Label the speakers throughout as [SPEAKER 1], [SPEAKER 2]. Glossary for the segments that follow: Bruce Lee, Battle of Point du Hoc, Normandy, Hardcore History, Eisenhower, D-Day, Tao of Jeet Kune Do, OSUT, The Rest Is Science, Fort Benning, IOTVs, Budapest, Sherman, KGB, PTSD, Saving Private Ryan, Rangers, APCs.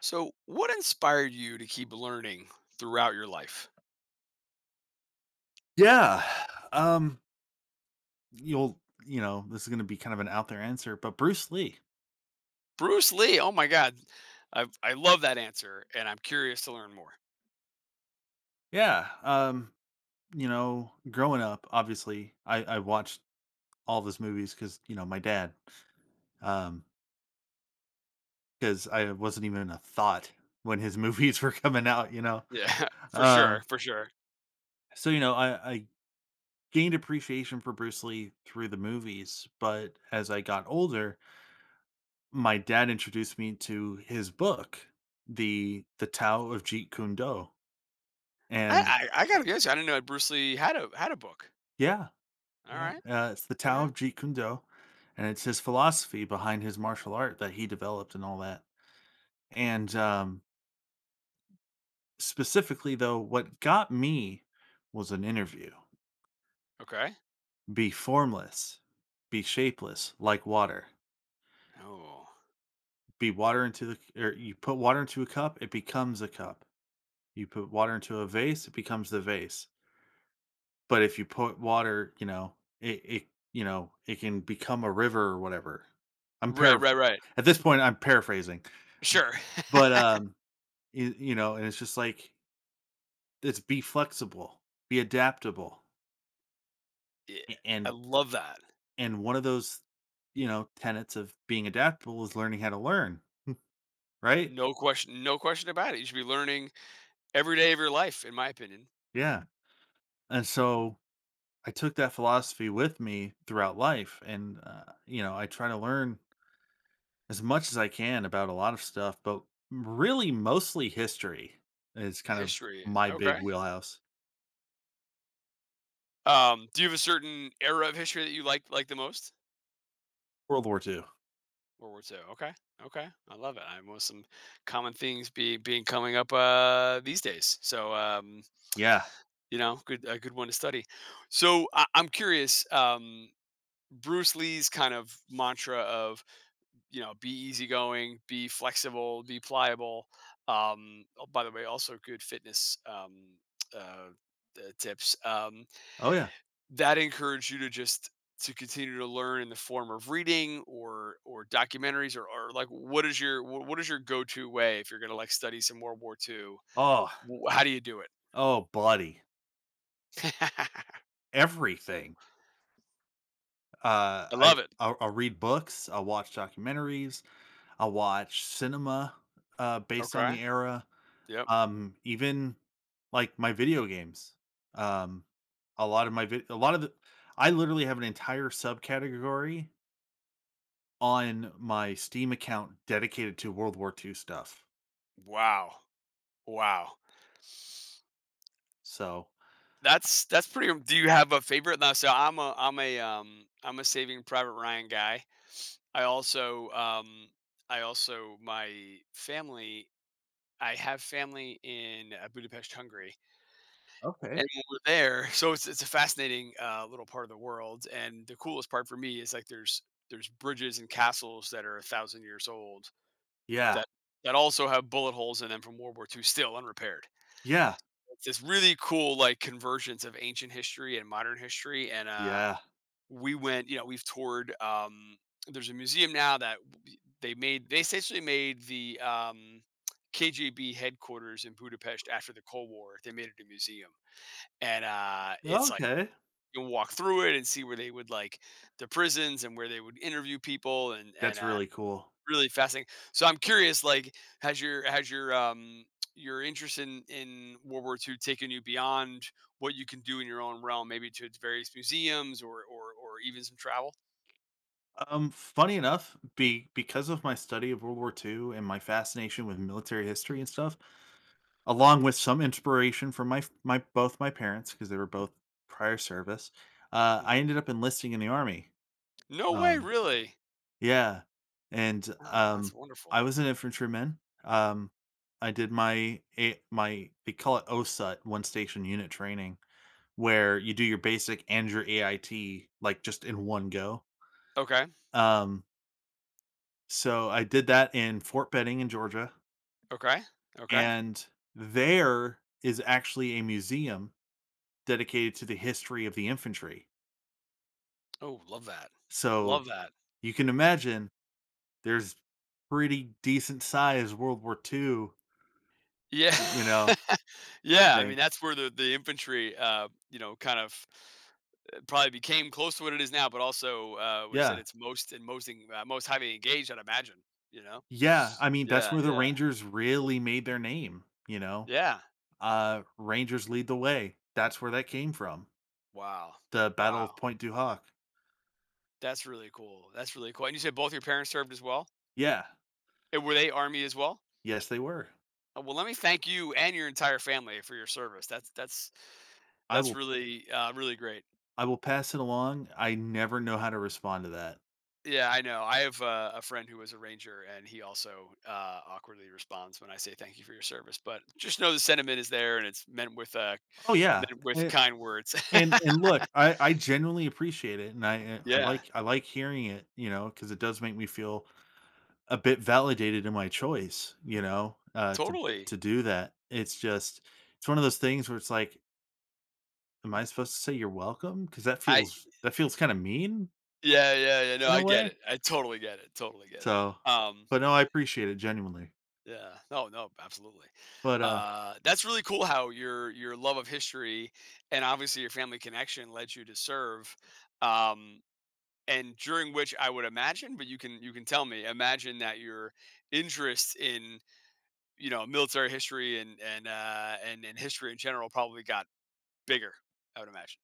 [SPEAKER 1] So, what inspired you to keep learning throughout your life?
[SPEAKER 2] Yeah. Um, you'll you know, this is gonna be kind of an out there answer, but Bruce Lee.
[SPEAKER 1] Bruce Lee. Oh my God, I love that answer, and I'm curious to learn more.
[SPEAKER 2] Yeah. You know, growing up, obviously, I watched all of his movies because, you know, my dad. Um, because I wasn't even a thought when his movies were coming out, you know.
[SPEAKER 1] Yeah, for sure,
[SPEAKER 2] Um,
[SPEAKER 1] for sure.
[SPEAKER 2] so you know, I gained appreciation for Bruce Lee through the movies, but as I got older, my dad introduced me to his book, the Tao of Jeet Kune Do. And
[SPEAKER 1] I gotta guess. I didn't know Bruce Lee had a book.
[SPEAKER 2] yeah,
[SPEAKER 1] All
[SPEAKER 2] yeah.
[SPEAKER 1] right,
[SPEAKER 2] It's the
[SPEAKER 1] all
[SPEAKER 2] Tao of
[SPEAKER 1] right,
[SPEAKER 2] Jeet Kune Do, and it's his philosophy behind his martial art that he developed and all that. And specifically, though, what got me was an interview:
[SPEAKER 1] okay.
[SPEAKER 2] "Be formless, be shapeless, like water.
[SPEAKER 1] Oh,
[SPEAKER 2] Be water into the or you put water into a cup, it becomes a cup. You put water into a vase, it becomes the vase. But if you put water, you know, it you know, it can become a river or whatever." I'm
[SPEAKER 1] right,
[SPEAKER 2] paraph-
[SPEAKER 1] right, right.
[SPEAKER 2] at this point, I'm paraphrasing.
[SPEAKER 1] Sure.
[SPEAKER 2] But, you know, and it's just like, it's be flexible, be adaptable,
[SPEAKER 1] Yeah,
[SPEAKER 2] a
[SPEAKER 1] I love that.
[SPEAKER 2] and one of those, you know, tenets of being adaptable is learning how to learn, right?
[SPEAKER 1] No question, no question about it. You should be learning every day of your life, in my opinion.
[SPEAKER 2] Yeah, and so, I took that philosophy with me throughout life, and, you know, I try to learn as much as I can about a lot of stuff, but really mostly history is kind of
[SPEAKER 1] History.
[SPEAKER 2] my big
[SPEAKER 1] Okay.
[SPEAKER 2] wheelhouse.
[SPEAKER 1] Do you have a certain era of history that you like the most?
[SPEAKER 2] World War Two,
[SPEAKER 1] World War II. Okay. Okay. I love it. I know some common things be being coming up these days. So
[SPEAKER 2] yeah.
[SPEAKER 1] good a good one to study. So I'm curious, Bruce Lee's kind of mantra of, be easygoing, be flexible, be pliable. Oh, by the way, also good fitness uh, tips.
[SPEAKER 2] Oh, yeah.
[SPEAKER 1] That encouraged you to just to continue to learn in the form of reading or documentaries or like what is your what is your go-to way if you're going to like study some World War II?
[SPEAKER 2] Oh,
[SPEAKER 1] How do you do it?
[SPEAKER 2] oh, buddy.
[SPEAKER 1] I
[SPEAKER 2] Everything. Uh, I
[SPEAKER 1] love it.
[SPEAKER 2] I'll read books. I'll watch documentaries. I'll watch cinema based on
[SPEAKER 1] Okay.
[SPEAKER 2] the era.
[SPEAKER 1] Yep.
[SPEAKER 2] Even like my video games. Um, a lot of the I literally have an entire subcategory on my Steam account dedicated to World War Two stuff.
[SPEAKER 1] Wow. Wow.
[SPEAKER 2] So
[SPEAKER 1] That's pretty. Do you have a favorite? Now, so I'm a Saving Private Ryan guy. I also my family. I have family in Budapest, Hungary.
[SPEAKER 2] okay,
[SPEAKER 1] And we're there, so it's a fascinating, little part of the world, and the coolest part for me is, like, there's bridges and castles that are 1,000 years old
[SPEAKER 2] yeah,
[SPEAKER 1] that that also have bullet holes in them from World War II still unrepaired.
[SPEAKER 2] yeah,
[SPEAKER 1] It's this really cool, like, convergence of ancient history and modern history, and,
[SPEAKER 2] yeah.
[SPEAKER 1] we went you know, we've toured, there's a museum now that they essentially made the, KGB headquarters in Budapest after the Cold War. They made it a museum, and, it's like,
[SPEAKER 2] Okay,
[SPEAKER 1] walk through it and see where they would like the prisons and where they would interview people and and
[SPEAKER 2] that's
[SPEAKER 1] uh,
[SPEAKER 2] really cool.
[SPEAKER 1] really fascinating. So I'm curious, like, has your your interest in World War II taken you beyond what you can do in your own realm, maybe to various museums or even some travel?
[SPEAKER 2] Funny enough, be because of my study of World War Two and my fascination with military history and stuff, along with some inspiration from my both my parents because they were both prior service, I
[SPEAKER 1] Hmm.
[SPEAKER 2] ended up enlisting in the army.
[SPEAKER 1] No way,
[SPEAKER 2] Um,
[SPEAKER 1] really.
[SPEAKER 2] yeah, and
[SPEAKER 1] Oh, that's
[SPEAKER 2] I
[SPEAKER 1] wonderful.
[SPEAKER 2] was an infantryman. I did my a- my they call it OSUT, one station unit training, where you do your basic and your AIT like just in one go.
[SPEAKER 1] Okay,
[SPEAKER 2] Um, So I did that in Fort Benning in Georgia,
[SPEAKER 1] okay, okay.
[SPEAKER 2] and there is actually a museum dedicated to the history of the infantry.
[SPEAKER 1] Oh, love that.
[SPEAKER 2] So
[SPEAKER 1] Love that.
[SPEAKER 2] you can imagine there's pretty decent sized World War Two,
[SPEAKER 1] Yeah.
[SPEAKER 2] you know,
[SPEAKER 1] Yeah, I mean
[SPEAKER 2] thing.
[SPEAKER 1] that's where the infantry kind of it probably became close to what it is now, but also, was at
[SPEAKER 2] Yeah.
[SPEAKER 1] its most and most highly engaged, I'd imagine, you know?
[SPEAKER 2] Yeah. I mean, that's
[SPEAKER 1] Yeah,
[SPEAKER 2] where the
[SPEAKER 1] yeah.
[SPEAKER 2] Rangers really made their name, you know.
[SPEAKER 1] Yeah.
[SPEAKER 2] Rangers lead the way. That's where that came from.
[SPEAKER 1] Wow.
[SPEAKER 2] The Battle of
[SPEAKER 1] Wow.
[SPEAKER 2] Point du Hoc.
[SPEAKER 1] That's really cool. That's really cool. And you said both your parents served as well?
[SPEAKER 2] Yeah.
[SPEAKER 1] And were they Army as well?
[SPEAKER 2] Yes, they were.
[SPEAKER 1] Well, let me thank you and your entire family for your service. That's that's
[SPEAKER 2] I
[SPEAKER 1] that's
[SPEAKER 2] will
[SPEAKER 1] really, really great.
[SPEAKER 2] I will pass it along. I never know how to respond to that.
[SPEAKER 1] Yeah, I know. I have a friend who was a ranger, and he also awkwardly responds when I say thank you for your service. But just know the sentiment is there, and it's
[SPEAKER 2] Oh, yeah.
[SPEAKER 1] meant with
[SPEAKER 2] A
[SPEAKER 1] kind words.
[SPEAKER 2] and look, I genuinely appreciate it, and I
[SPEAKER 1] Yeah,
[SPEAKER 2] I like hearing it, you know, because it does make me feel a bit validated in my choice, you know,
[SPEAKER 1] totally.
[SPEAKER 2] to do that. It's just it's one of those things where it's like, am I supposed to say you're welcome? Welcome? Because
[SPEAKER 1] I
[SPEAKER 2] that feels kinda mean
[SPEAKER 1] Yeah, yeah, yeah, no,
[SPEAKER 2] in a
[SPEAKER 1] I get
[SPEAKER 2] way.
[SPEAKER 1] it. I totally get it. Totally get it.
[SPEAKER 2] So,
[SPEAKER 1] Um,
[SPEAKER 2] but no, I appreciate it genuinely.
[SPEAKER 1] yeah. No, no, absolutely.
[SPEAKER 2] But,
[SPEAKER 1] That's really cool how your love of history and obviously your family connection led you to serve. Um, and during which I would imagine, but you can tell me, imagine that your interest in military history and history in general probably got bigger. I would imagine.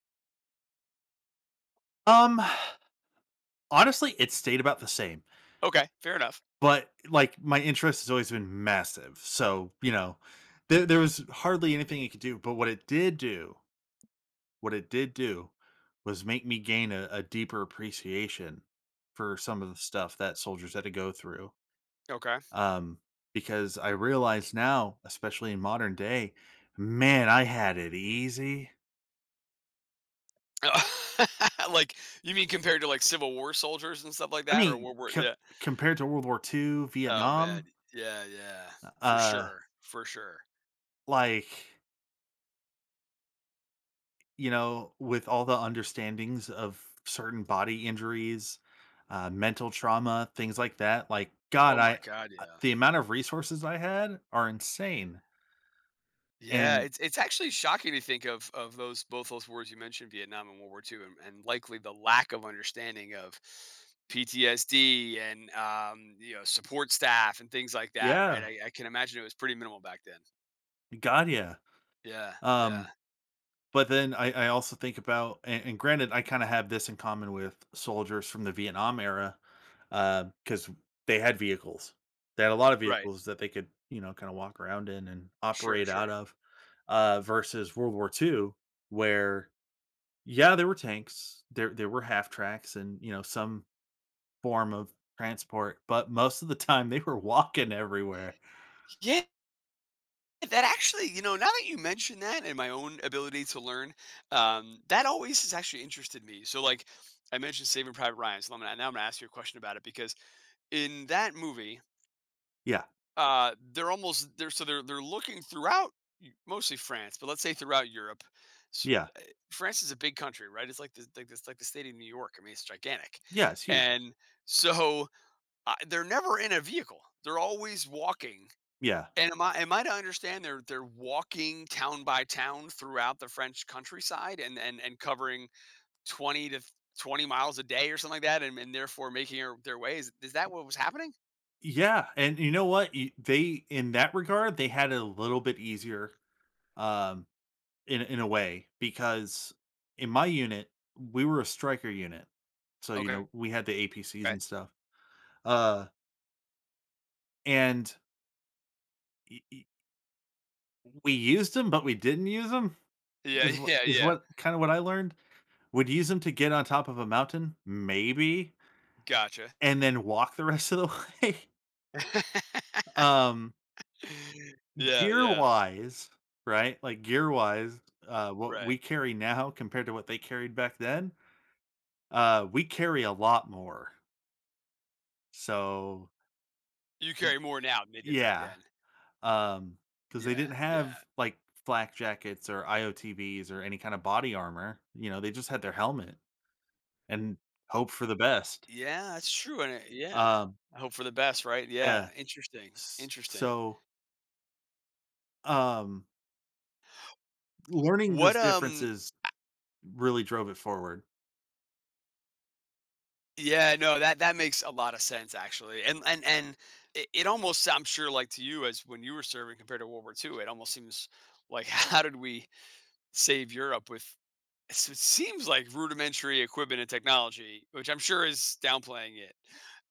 [SPEAKER 2] um, honestly, it stayed about the same.
[SPEAKER 1] Okay, fair enough.
[SPEAKER 2] But, like, my interest has always been massive, so, you know, there was hardly anything it could do, but what it did do what it did do was make me gain a deeper appreciation for some of the stuff that soldiers had to go through,
[SPEAKER 1] Okay,
[SPEAKER 2] um, because I realize now, especially in modern day, man, I had it easy.
[SPEAKER 1] like you mean compared to like Civil War soldiers and stuff like
[SPEAKER 2] I
[SPEAKER 1] that, or
[SPEAKER 2] mean,
[SPEAKER 1] World War?
[SPEAKER 2] co
[SPEAKER 1] Yeah.
[SPEAKER 2] compared to World War Two,
[SPEAKER 1] Oh man.
[SPEAKER 2] Vietnam,
[SPEAKER 1] Yeah, yeah, for
[SPEAKER 2] uh,
[SPEAKER 1] sure, for sure.
[SPEAKER 2] like you know, with all the understandings of certain body injuries, mental trauma, things like that, like, God,
[SPEAKER 1] Oh my
[SPEAKER 2] I
[SPEAKER 1] God, yeah.
[SPEAKER 2] the amount of resources I had are insane,
[SPEAKER 1] Yeah,
[SPEAKER 2] and
[SPEAKER 1] it's actually shocking to think of those both those wars you mentioned, Vietnam and World War II, and likely the lack of understanding of PTSD and support staff and things like that. Right,
[SPEAKER 2] yeah,
[SPEAKER 1] I can imagine it was pretty minimal back then.
[SPEAKER 2] God, yeah,
[SPEAKER 1] Yeah,
[SPEAKER 2] um
[SPEAKER 1] yeah,
[SPEAKER 2] but then I also think about and granted, I kinda have this in common with soldiers from the Vietnam era, because they had vehicles. They had a lot of
[SPEAKER 1] right,
[SPEAKER 2] vehicles that they could, you know, kinda walk around in and
[SPEAKER 1] sure,
[SPEAKER 2] operate out
[SPEAKER 1] sure.
[SPEAKER 2] of, versus World War Two, where, yeah, there were tanks, there were half tracks and, you know, some form of transport, but most of the time they were walking everywhere.
[SPEAKER 1] Yeah, that actually, now that you mention that and my own ability to learn, that always has actually interested me. So, like, I mentioned Saving Private Ryan, so now I'm going to ask you a question about it, because in that movie,
[SPEAKER 2] Yeah,
[SPEAKER 1] They're almost they're so they're looking throughout mostly France, but let's say throughout Europe. So,
[SPEAKER 2] yeah,
[SPEAKER 1] uh, France is a big country, right? It's like the state of New York. I mean, it's gigantic,
[SPEAKER 2] yeah, it's huge.
[SPEAKER 1] and so they're never in a vehicle. They're always walking.
[SPEAKER 2] Yeah.
[SPEAKER 1] And am I to understand they're walking town by town throughout the French countryside and covering 20 to 20 miles a day or something like that, and therefore making their way, is that what was happening?
[SPEAKER 2] Yeah, and you know what? Y they in that regard, they had it a little bit easier, um, in a way, because in my unit, we were a striker unit. So, you
[SPEAKER 1] Okay,
[SPEAKER 2] know, we had the APCs
[SPEAKER 1] okay,
[SPEAKER 2] and stuff. Uh, and y y we used them, but we didn't use them,
[SPEAKER 1] yeah. Yeah,
[SPEAKER 2] is
[SPEAKER 1] yeah,
[SPEAKER 2] what kinda what I learned. Would use them to get on top of a mountain, maybe,
[SPEAKER 1] gotcha.
[SPEAKER 2] and then walk the rest of the way. Um
[SPEAKER 1] Yeah,
[SPEAKER 2] gear
[SPEAKER 1] yeah,
[SPEAKER 2] wise, right? Like gear wise, what
[SPEAKER 1] right.
[SPEAKER 2] we carry now compared to what they carried back then, we carry a lot more. So
[SPEAKER 1] You
[SPEAKER 2] y-
[SPEAKER 1] carry more now than they did back
[SPEAKER 2] yeah,
[SPEAKER 1] then.
[SPEAKER 2] um, because they
[SPEAKER 1] Yeah,
[SPEAKER 2] didn't
[SPEAKER 1] yeah.
[SPEAKER 2] have like flak jackets or IOTVs or any kind of body armor. You know, they just had their helmet and hope for the best.
[SPEAKER 1] Yeah, that's true, and it yeah.
[SPEAKER 2] Um,
[SPEAKER 1] I hope for the best, right?
[SPEAKER 2] yeah.
[SPEAKER 1] Yeah, interesting, interesting.
[SPEAKER 2] So um, learning
[SPEAKER 1] What,
[SPEAKER 2] those
[SPEAKER 1] um
[SPEAKER 2] differences really drove it forward.
[SPEAKER 1] yeah, no, that makes a lot of sense, actually, and it almost, I'm sure, like, to you, as when you were serving compared to World War II, it almost seems like, how did we save Europe with it seems like rudimentary equipment and technology, which I'm sure is downplaying it.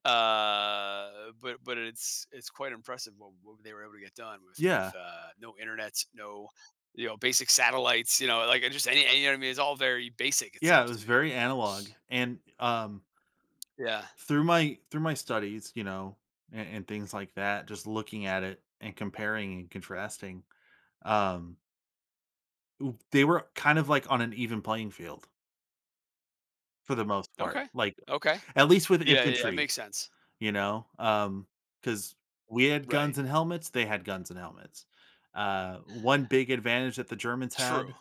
[SPEAKER 1] But it's quite impressive what, they were able to get done with
[SPEAKER 2] Yeah.
[SPEAKER 1] no internet, no basic satellites. You know, like just you know what I mean. It's all very basic. It
[SPEAKER 2] Yeah, it
[SPEAKER 1] seems to
[SPEAKER 2] was
[SPEAKER 1] me.
[SPEAKER 2] very analog, and,
[SPEAKER 1] Yeah.
[SPEAKER 2] through my studies, you know, and things like that, just looking at it and comparing and contrasting, um, they were kind of, like, on an even playing field for the most part,
[SPEAKER 1] Okay.
[SPEAKER 2] like,
[SPEAKER 1] Okay.
[SPEAKER 2] at least with
[SPEAKER 1] Yeah. Yeah. Yeah,
[SPEAKER 2] infantry,
[SPEAKER 1] makes sense.
[SPEAKER 2] you know, because we had
[SPEAKER 1] Right.
[SPEAKER 2] guns and helmets, they had guns and helmets. One big advantage that the Germans
[SPEAKER 1] True.
[SPEAKER 2] had,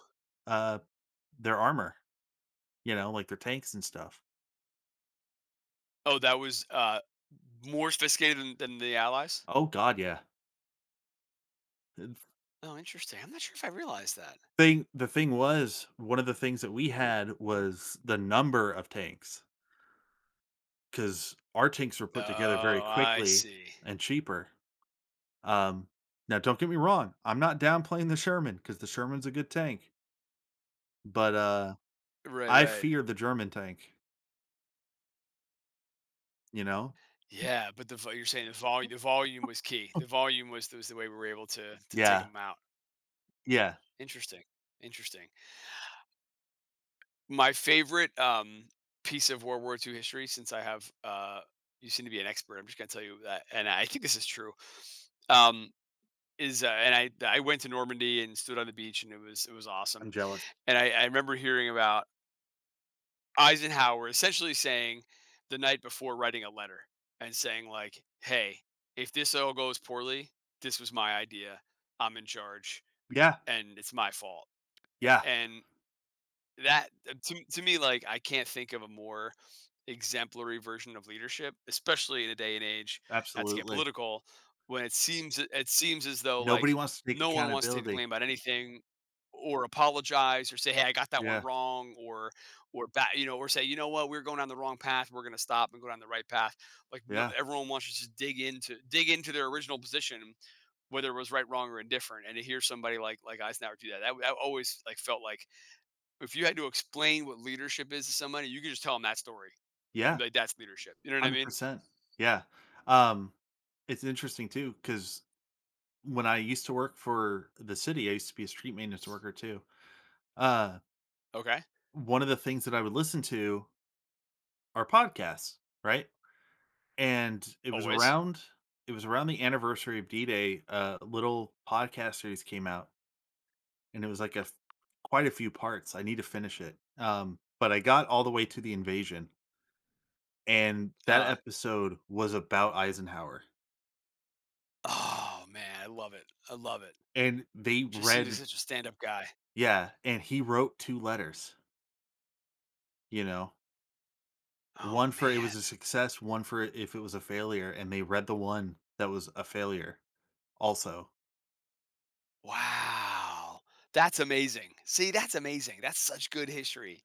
[SPEAKER 2] uh, their armor, you know, like, their tanks and stuff.
[SPEAKER 1] Oh, that was more sophisticated than, the Allies.
[SPEAKER 2] Oh god, yeah.
[SPEAKER 1] Oh, interesting. I'm not sure if I realized that.
[SPEAKER 2] Thing was, one of the things that we had was the number of tanks because our tanks were put together very
[SPEAKER 1] Oh, I
[SPEAKER 2] quickly
[SPEAKER 1] see.
[SPEAKER 2] and cheaper. Um, now don't get me wrong, I'm not downplaying the Sherman because the Sherman's a good tank, but,
[SPEAKER 1] Right,
[SPEAKER 2] I
[SPEAKER 1] right.
[SPEAKER 2] fear the German tank, you know?
[SPEAKER 1] Yeah, but the vo you're saying the volume, was key. The volume was the way we were able to take
[SPEAKER 2] Yeah,
[SPEAKER 1] them out.
[SPEAKER 2] yeah,
[SPEAKER 1] Interesting, interesting. My favorite, piece of World War II history, since you seem to be an expert, I'm just gonna tell you that, and I think this is true, um, is, and I went to Normandy and stood on the beach, and it was
[SPEAKER 2] I'm
[SPEAKER 1] awesome,
[SPEAKER 2] jealous.
[SPEAKER 1] and I remember hearing about Eisenhower essentially saying, the night before, writing a letter and saying like, "Hey, if this all goes poorly, this was my idea. I'm in charge,
[SPEAKER 2] Yeah,
[SPEAKER 1] and it's my fault."
[SPEAKER 2] yeah,
[SPEAKER 1] And that, to me, like, I can't think of a more exemplary version of leadership, especially in a day and age, not to get
[SPEAKER 2] absolutely.
[SPEAKER 1] political, when it seems as though,
[SPEAKER 2] Nobody
[SPEAKER 1] like,
[SPEAKER 2] wants to take
[SPEAKER 1] no one wants to take the
[SPEAKER 2] accountability.
[SPEAKER 1] blame about anything, or apologize, or say, "Hey, I got that one
[SPEAKER 2] Yeah,
[SPEAKER 1] wrong," or or say, "You know what? We're going down the wrong path. We're gonna stop and go down the right path." Like, no,
[SPEAKER 2] yeah,
[SPEAKER 1] everyone wants to just dig into their original position, whether it was right, wrong, or indifferent, and to hear somebody like Eisenhower do that always, like, felt like if you had to explain what leadership is to somebody, you could just tell them that story
[SPEAKER 2] yeah,
[SPEAKER 1] and be like, "That's leadership." You know what I mean?
[SPEAKER 2] 100%. Yeah. Um, it's interesting too because. When I used to work for the city, I used to be a street maintenance worker too. Uh,
[SPEAKER 1] Okay,
[SPEAKER 2] one of the things that I would listen to are podcasts, right? And
[SPEAKER 1] always.
[SPEAKER 2] it was around the anniversary of D-Day. A little podcast series came out, and it was like quite a few parts. I need to finish it, but I got all the way to the invasion, and that
[SPEAKER 1] Uh,
[SPEAKER 2] episode was about Eisenhower.
[SPEAKER 1] oh man, I love it. I love it.
[SPEAKER 2] And they
[SPEAKER 1] Just seems like
[SPEAKER 2] read,
[SPEAKER 1] such a stand-up guy.
[SPEAKER 2] yeah, and he wrote two letters. You know,
[SPEAKER 1] Oh
[SPEAKER 2] one for it was a
[SPEAKER 1] man,
[SPEAKER 2] success, one for if it was a failure, and they read the one that was a failure also.
[SPEAKER 1] wow, that's amazing. See, that's amazing. That's such good history.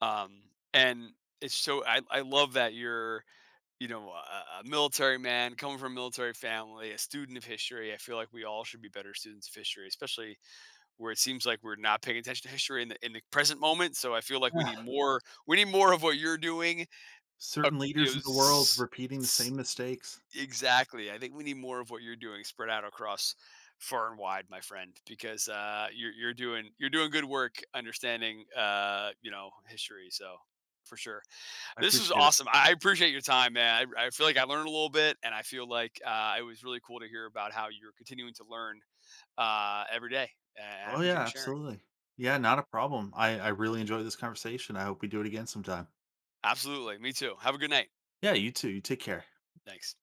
[SPEAKER 1] Um, and it's so I love that you're a military man coming from a military family, a student of history. I feel like we all should be better students of history, especially where it seems like we're not paying attention to history in the present moment. So I feel like we
[SPEAKER 2] Yeah.
[SPEAKER 1] need more. We need more of what you're doing. Uh,
[SPEAKER 2] Certain
[SPEAKER 1] you
[SPEAKER 2] leaders
[SPEAKER 1] know,
[SPEAKER 2] in the world
[SPEAKER 1] s-
[SPEAKER 2] repeating the
[SPEAKER 1] s-
[SPEAKER 2] same mistakes.
[SPEAKER 1] exactly. I think we need more of what you're doing, spread out across far and wide, my friend, because you're doing good work understanding history. So, for sure,
[SPEAKER 2] I
[SPEAKER 1] this was
[SPEAKER 2] appreciate it.
[SPEAKER 1] awesome. I appreciate your time, man. I feel like I learned a little bit, and I feel like it was really cool to hear about how you're continuing to learn every day. And I
[SPEAKER 2] Oh, yeah,
[SPEAKER 1] appreciate you sharing.
[SPEAKER 2] absolutely. Yeah, not a problem. I really enjoyed this conversation. I hope we do it again sometime.
[SPEAKER 1] Absolutely. Me too. Have a good night.
[SPEAKER 2] Yeah, you too. You take care.
[SPEAKER 1] Thanks.